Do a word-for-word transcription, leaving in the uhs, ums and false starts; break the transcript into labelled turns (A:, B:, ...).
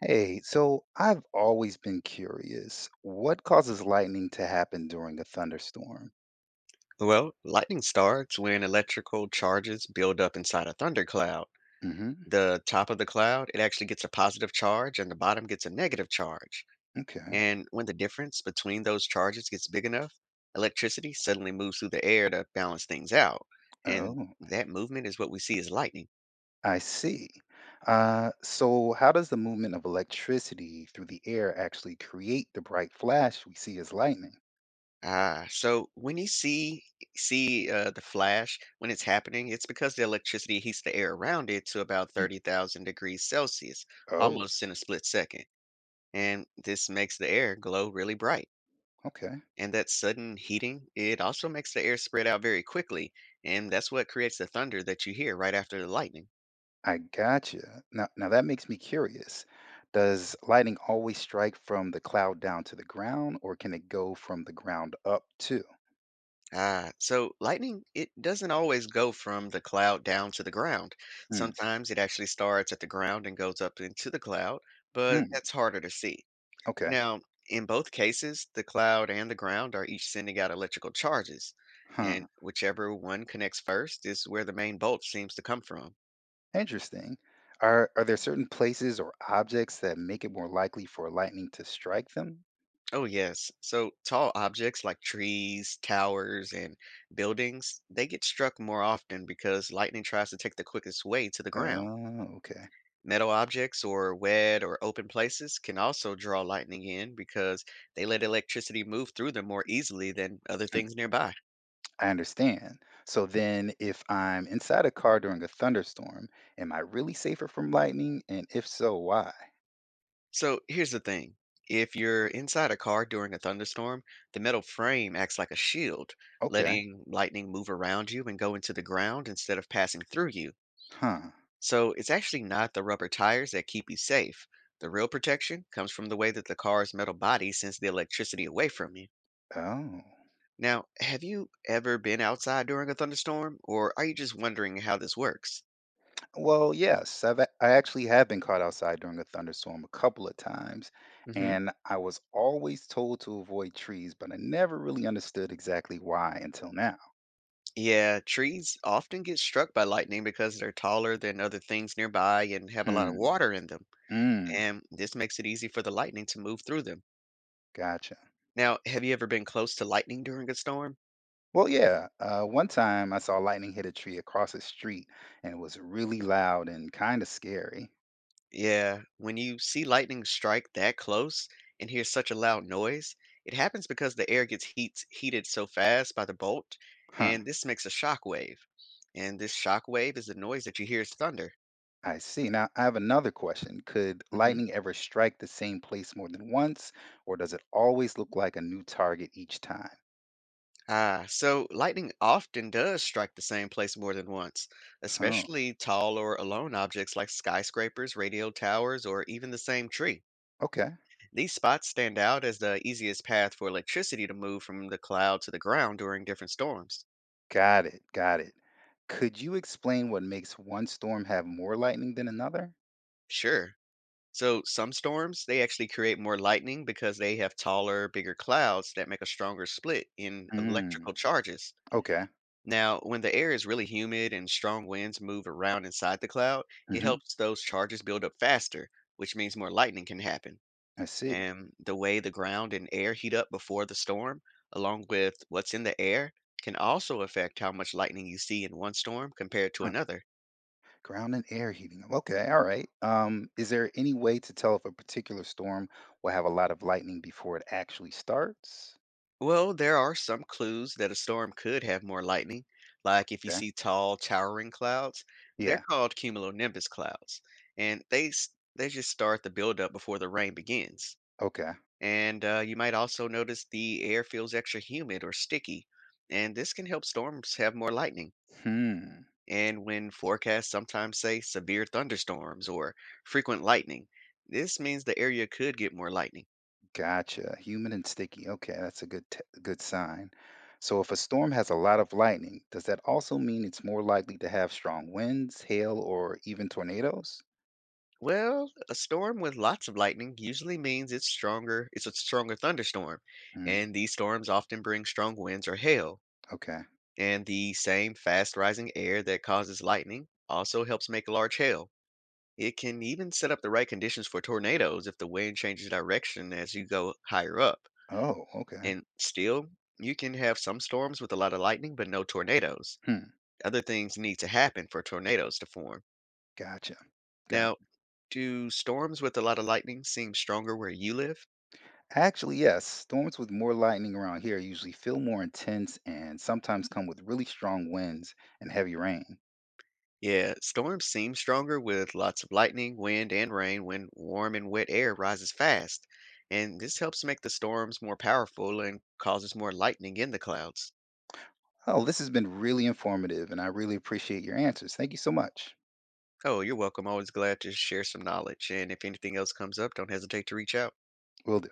A: Hey, so I've always been curious. What causes lightning to happen during a thunderstorm?
B: Well, lightning starts when electrical charges build up inside a thundercloud.
A: Hmm.
B: The top of the cloud, it actually gets a positive charge, and the bottom gets a negative charge.
A: Okay.
B: And when the difference between those charges gets big enough, electricity suddenly moves through the air to balance things out. And
A: Oh,
B: that movement is what we see as lightning.
A: I see. Uh, so how does the movement of electricity through the air actually create the bright flash we see as lightning?
B: Ah, so when you see see uh, the flash when it's happening, it's because the electricity heats the air around it to about
A: Mm.
B: thirty thousand degrees Celsius,
A: Oh,
B: almost in a split second. And this makes the air glow really bright.
A: okay.
B: And that sudden heating, it also makes the air spread out very quickly, and that's what creates the thunder that you hear right after the lightning.
A: I gotcha. Now, now that makes me curious. Does lightning always strike from the cloud down to the ground, or can it go from the ground up too?
B: Ah, so lightning, it doesn't always go from the cloud down to the ground.
A: Mm,
B: Sometimes it actually starts at the ground and goes up into the cloud, but
A: mm,
B: that's harder to see.
A: okay.
B: Now, in both cases, the cloud and the ground are each sending out electrical charges, and
A: Huh.
B: whichever one connects first is where the main bolt seems to come from.
A: Interesting. Are are there certain places or objects that make it more likely for lightning to strike them?
B: Oh, yes. So tall objects like trees, towers, and buildings, they get struck more often because lightning tries to take the quickest way to the ground.
A: Oh, okay.
B: Metal objects or wet or open places can also draw lightning in because they let electricity move through them more easily than other
A: Hmm,
B: things nearby.
A: I understand. So then if I'm inside a car during a thunderstorm, am I really safer from lightning? And if so, why?
B: So here's the thing. If you're inside a car during a thunderstorm, the metal frame acts like a shield,
A: Okay.
B: letting lightning move around you and go into the ground instead of passing through you.
A: Huh.
B: So it's actually not the rubber tires that keep you safe. The real protection comes from the way that the car's metal body sends the electricity away from you.
A: Oh.
B: Now, have you ever been outside during a thunderstorm, or are you just wondering how this works?
A: Well, yes, I've a- I actually have been caught outside during a thunderstorm a couple of times,
B: Hmm.
A: and I was always told to avoid trees, but I never really understood exactly why until now.
B: Yeah, trees often get struck by lightning because they're taller than other things nearby and have a lot of
A: Hmm.
B: water in them,
A: Mm.
B: and this makes it easy for the lightning to move through them.
A: Gotcha.
B: Now, have you ever been close to lightning during a storm?
A: Well, yeah. Uh, one time I saw lightning hit a tree across the street and it was really loud and kind of scary.
B: Yeah, when you see lightning strike that close and hear such a loud noise, it happens because the air gets heat, heated so fast by the bolt,
A: Huh.
B: and this makes a shock wave. And this shock wave is the noise that you hear as thunder.
A: I see. Now I have another question. Could
B: Hmm.
A: lightning ever strike the same place more than once, or does it always look like a new target each time?
B: Ah, so lightning often does strike the same place more than once,
A: Oh,
B: especially tall or alone objects like skyscrapers, radio towers, or even the same tree.
A: okay.
B: These spots stand out as the easiest path for electricity to move from the cloud to the ground during different storms.
A: Got it. Got it. Could you explain what makes one storm have more lightning than another?
B: Sure. So some storms, they actually create more lightning because they have taller, bigger clouds that make a stronger split in
A: Hmm.
B: electrical charges.
A: Okay.
B: Now, when the air is really humid and strong winds move around inside the cloud, it
A: Hmm.
B: helps those charges build up faster, which means more lightning can happen.
A: I see.
B: And the way the ground and air heat up before the storm, along with what's in the air, can also affect how much lightning you see in one storm compared to
A: Huh.
B: another.
A: Ground and air heating up. Okay, all right. Um, is there any way to tell if a particular storm will have a lot of lightning before it actually starts?
B: Well, there are some clues that a storm could have more lightning, like if you
A: Okay.
B: see tall, towering clouds. They're
A: Yeah.
B: called cumulonimbus clouds, and they s- they just start the buildup before the rain begins.
A: Okay.
B: And uh, you might also notice the air feels extra humid or sticky, and this can help storms have more lightning.
A: Hmm.
B: And when forecasts sometimes say severe thunderstorms or frequent lightning, this means the area could get more lightning.
A: Gotcha. Humid and sticky. Okay, that's a good t- good sign. So if a storm has a lot of lightning, does that also mean it's more likely to have strong winds, hail, or even tornadoes?
B: Well, a storm with lots of lightning usually means it's stronger, it's a stronger thunderstorm,
A: Hmm.
B: and these storms often bring strong winds or hail.
A: Okay.
B: And the same fast rising air that causes lightning also helps make large hail. It can even set up the right conditions for tornadoes if the wind changes direction as you go higher up.
A: Oh, okay.
B: And still, you can have some storms with a lot of lightning, but no tornadoes.
A: Hmm.
B: Other things need to happen for tornadoes to form.
A: Gotcha. Gotcha.
B: Now, do storms with a lot of lightning seem stronger where you live?
A: Actually, yes. Storms with more lightning around here usually feel more intense and sometimes come with really strong winds and heavy rain.
B: Yeah, storms seem stronger with lots of lightning, wind, and rain when warm and wet air rises fast, and this helps make the storms more powerful and causes more lightning in the clouds.
A: Oh, this has been really informative, and I really appreciate your answers. Thank you so much.
B: Oh, you're welcome. Always glad to share some knowledge, and if anything else comes up, don't hesitate to reach out.
A: Will do.